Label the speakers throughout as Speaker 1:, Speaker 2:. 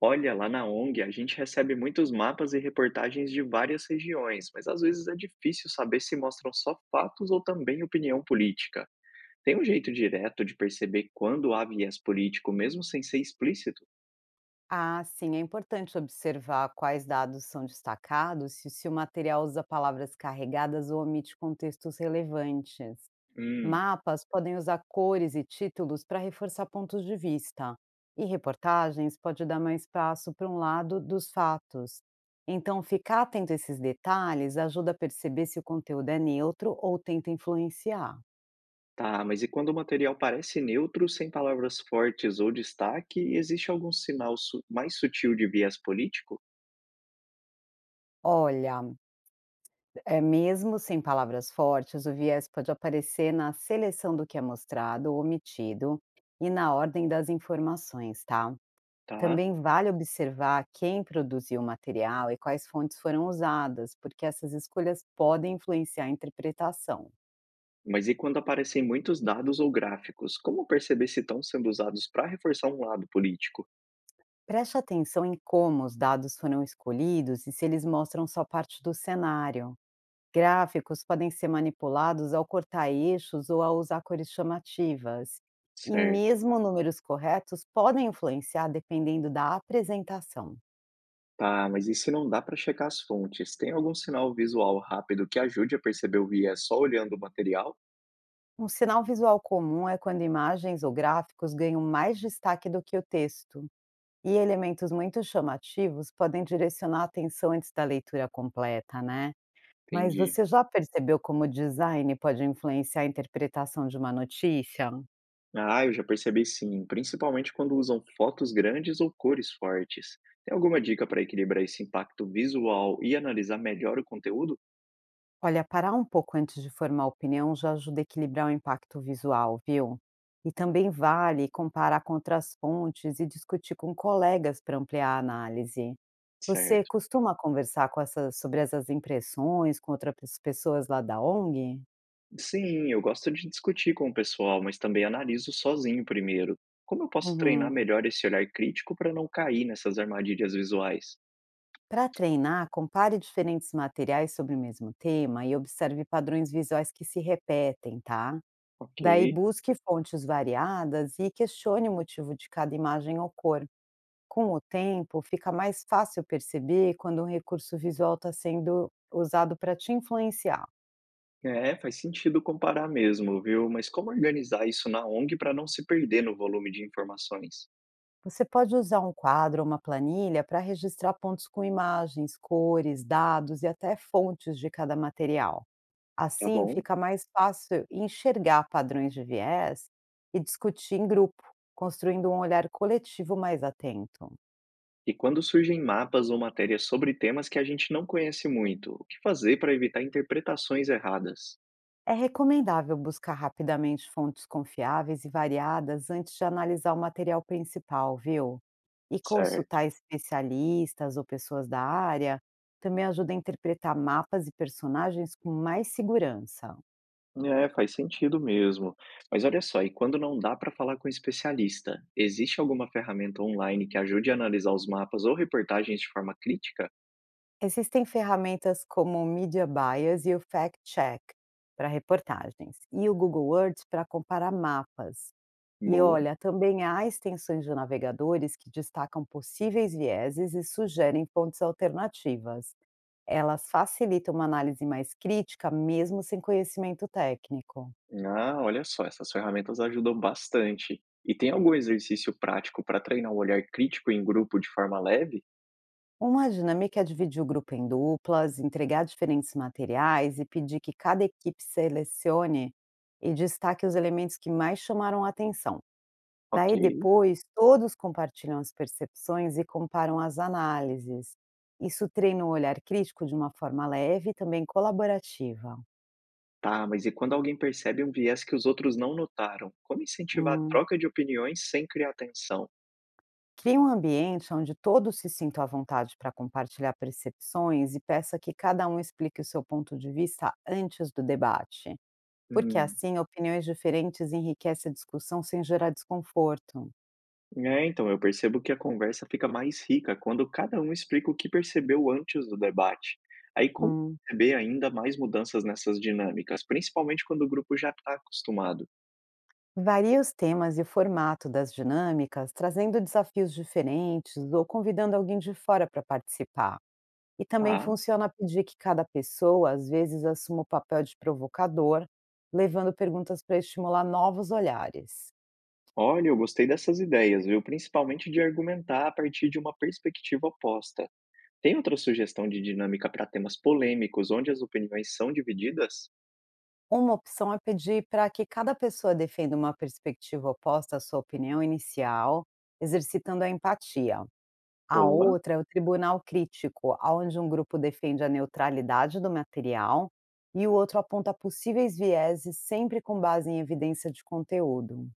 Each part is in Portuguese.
Speaker 1: Olha, lá na ONG a gente recebe muitos mapas e reportagens de várias regiões, mas às vezes é difícil saber se mostram só fatos ou também opinião política. Tem um jeito direto de perceber quando há viés político, mesmo sem ser explícito?
Speaker 2: Ah, sim, é importante observar quais dados são destacados e se o material usa palavras carregadas ou omite contextos relevantes.
Speaker 1: Hum,
Speaker 2: Mapas podem usar cores e títulos para reforçar pontos de vista, e reportagens pode dar mais espaço para um lado dos fatos. Então, ficar atento a esses detalhes ajuda a perceber se o conteúdo é neutro ou tenta influenciar.
Speaker 1: tá, mas e quando o material parece neutro, sem palavras fortes ou destaque, existe algum sinal mais sutil de viés político?
Speaker 2: Olha, é, mesmo sem palavras fortes, o viés pode aparecer na seleção do que é mostrado ou omitido e na ordem das informações, tá?
Speaker 1: Tá.
Speaker 2: Também vale observar quem produziu o material e quais fontes foram usadas, porque essas escolhas podem influenciar a interpretação.
Speaker 1: Mas e quando aparecem muitos dados ou gráficos? Como perceber se estão sendo usados para reforçar um lado político?
Speaker 2: Preste atenção em como os dados foram escolhidos e se eles mostram só parte do cenário. Gráficos podem ser manipulados ao cortar eixos ou a usar cores chamativas. E
Speaker 1: Certo.
Speaker 2: mesmo números corretos podem influenciar dependendo da apresentação.
Speaker 1: Tá, mas e se não dá para checar as fontes? Tem algum sinal visual rápido que ajude a perceber o viés só olhando o material?
Speaker 2: Um sinal visual comum é quando imagens ou gráficos ganham mais destaque do que o texto, e elementos muito chamativos podem direcionar a atenção antes da leitura completa, né? Mas
Speaker 1: Entendi.
Speaker 2: você já percebeu como o design pode influenciar a interpretação de uma notícia?
Speaker 1: Ah, eu já percebi sim, principalmente quando usam fotos grandes ou cores fortes. Tem alguma dica para equilibrar esse impacto visual e analisar melhor o conteúdo?
Speaker 2: Olha, parar um pouco antes de formar opinião já ajuda a equilibrar o impacto visual, viu? E também vale comparar com outras fontes e discutir com colegas para ampliar a análise. Você
Speaker 1: Certo.
Speaker 2: costuma conversar com essas, sobre essas impressões com outras pessoas lá da ONG?
Speaker 1: Sim, eu gosto de discutir com o pessoal, mas também analiso sozinho primeiro. Como eu posso treinar
Speaker 2: Uhum.
Speaker 1: melhor esse olhar crítico para não cair nessas armadilhas visuais?
Speaker 2: Para treinar, compare diferentes materiais sobre o mesmo tema e observe padrões visuais que se repetem, tá?
Speaker 1: Ok.
Speaker 2: Daí busque fontes variadas e questione o motivo de cada imagem ou cor. Com o tempo, fica mais fácil perceber quando um recurso visual está sendo usado para te influenciar.
Speaker 1: É, faz sentido comparar mesmo, viu? Mas como organizar isso na ONG para não se perder no volume de informações?
Speaker 2: Você pode usar um quadro ou uma planilha para registrar pontos com imagens, cores, dados e até fontes de cada material.
Speaker 1: Tá
Speaker 2: Assim,
Speaker 1: bom?
Speaker 2: fica mais fácil enxergar padrões de viés e discutir em grupo, construindo um olhar coletivo mais atento.
Speaker 1: E quando surgem mapas ou matérias sobre temas que a gente não conhece muito, o que fazer para evitar interpretações erradas?
Speaker 2: É recomendável buscar rapidamente fontes confiáveis e variadas antes de analisar o material principal, viu? E
Speaker 1: Certo.
Speaker 2: consultar especialistas ou pessoas da área também ajuda a interpretar mapas e personagens com mais segurança.
Speaker 1: É, faz sentido mesmo. Mas olha só, e quando não dá para falar com especialista, existe alguma ferramenta online que ajude a analisar os mapas ou reportagens de forma crítica?
Speaker 2: Existem ferramentas como o Media Bias e o Fact Check para reportagens, e o Google Words para comparar mapas. E
Speaker 1: Boa.
Speaker 2: olha, também há extensões de navegadores que destacam possíveis vieses e sugerem fontes alternativas. Elas facilitam uma análise mais crítica, mesmo sem conhecimento técnico.
Speaker 1: Ah, olha só, essas ferramentas ajudam bastante. E tem algum exercício prático para treinar um olhar crítico em grupo de forma leve?
Speaker 2: Uma dinâmica é dividir o grupo em duplas, entregar diferentes materiais e pedir que cada equipe selecione e destaque os elementos que mais chamaram a atenção.
Speaker 1: Ok.
Speaker 2: Daí depois, todos compartilham as percepções e comparam as análises. Isso treina o olhar crítico de uma forma leve e também colaborativa.
Speaker 1: Tá, mas e quando alguém percebe um viés que os outros não notaram? Como incentivar a
Speaker 2: Hum.
Speaker 1: troca de opiniões sem criar tensão?
Speaker 2: Crie um ambiente onde todos se sintam à vontade para compartilhar percepções e peça que cada um explique o seu ponto de vista antes do debate, porque
Speaker 1: Hum.
Speaker 2: assim opiniões diferentes enriquecem a discussão sem gerar desconforto.
Speaker 1: É, então, eu percebo que a conversa fica mais rica quando cada um explica o que percebeu antes do debate. Aí, como
Speaker 2: Hum.
Speaker 1: perceber ainda mais mudanças nessas dinâmicas, principalmente quando o grupo já está acostumado?
Speaker 2: Varie os temas e o formato das dinâmicas, trazendo desafios diferentes ou convidando alguém de fora para participar. E também
Speaker 1: Tá.
Speaker 2: funciona pedir que cada pessoa, às vezes, assuma o papel de provocador, levando perguntas para estimular novos olhares.
Speaker 1: Olha, eu gostei dessas ideias, viu? Principalmente de argumentar a partir de uma perspectiva oposta. Tem outra sugestão de dinâmica para temas polêmicos, onde as opiniões são divididas?
Speaker 2: Uma opção é pedir para que cada pessoa defenda uma perspectiva oposta à sua opinião inicial, exercitando a empatia. A
Speaker 1: Boa!
Speaker 2: outra é o tribunal crítico, onde um grupo defende a neutralidade do material e o outro aponta possíveis vieses, sempre com base em evidência de conteúdo.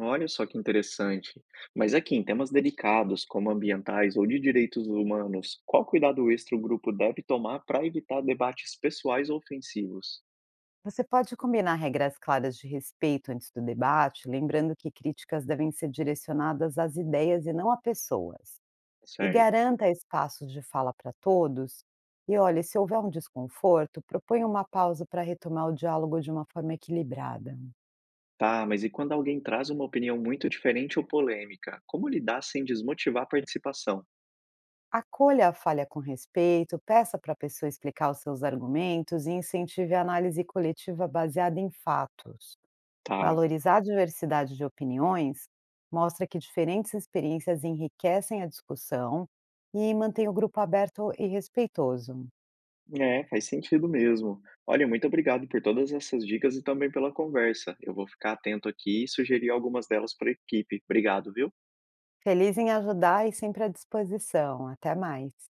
Speaker 1: Olha só que interessante. Mas aqui, em temas delicados, como ambientais ou de direitos humanos, qual cuidado extra o grupo deve tomar para evitar debates pessoais ou ofensivos?
Speaker 2: Você pode combinar regras claras de respeito antes do debate, lembrando que críticas devem ser direcionadas às ideias e não a pessoas. E
Speaker 1: Certo.
Speaker 2: garanta espaços de fala para todos. E olha, se houver um desconforto, proponha uma pausa para retomar o diálogo de uma forma equilibrada.
Speaker 1: Tá, mas e quando alguém traz uma opinião muito diferente ou polêmica? Como lidar sem desmotivar a participação?
Speaker 2: Acolha a falha com respeito, peça para a pessoa explicar os seus argumentos e incentive a análise coletiva baseada em fatos.
Speaker 1: Tá.
Speaker 2: Valorizar a diversidade de opiniões mostra que diferentes experiências enriquecem a discussão e mantém o grupo aberto e respeitoso.
Speaker 1: É, faz sentido mesmo. Olha, muito obrigado por todas essas dicas e também pela conversa. Eu vou ficar atento aqui e sugerir algumas delas para a equipe. Obrigado, viu?
Speaker 2: Feliz em ajudar e sempre à disposição. Até mais.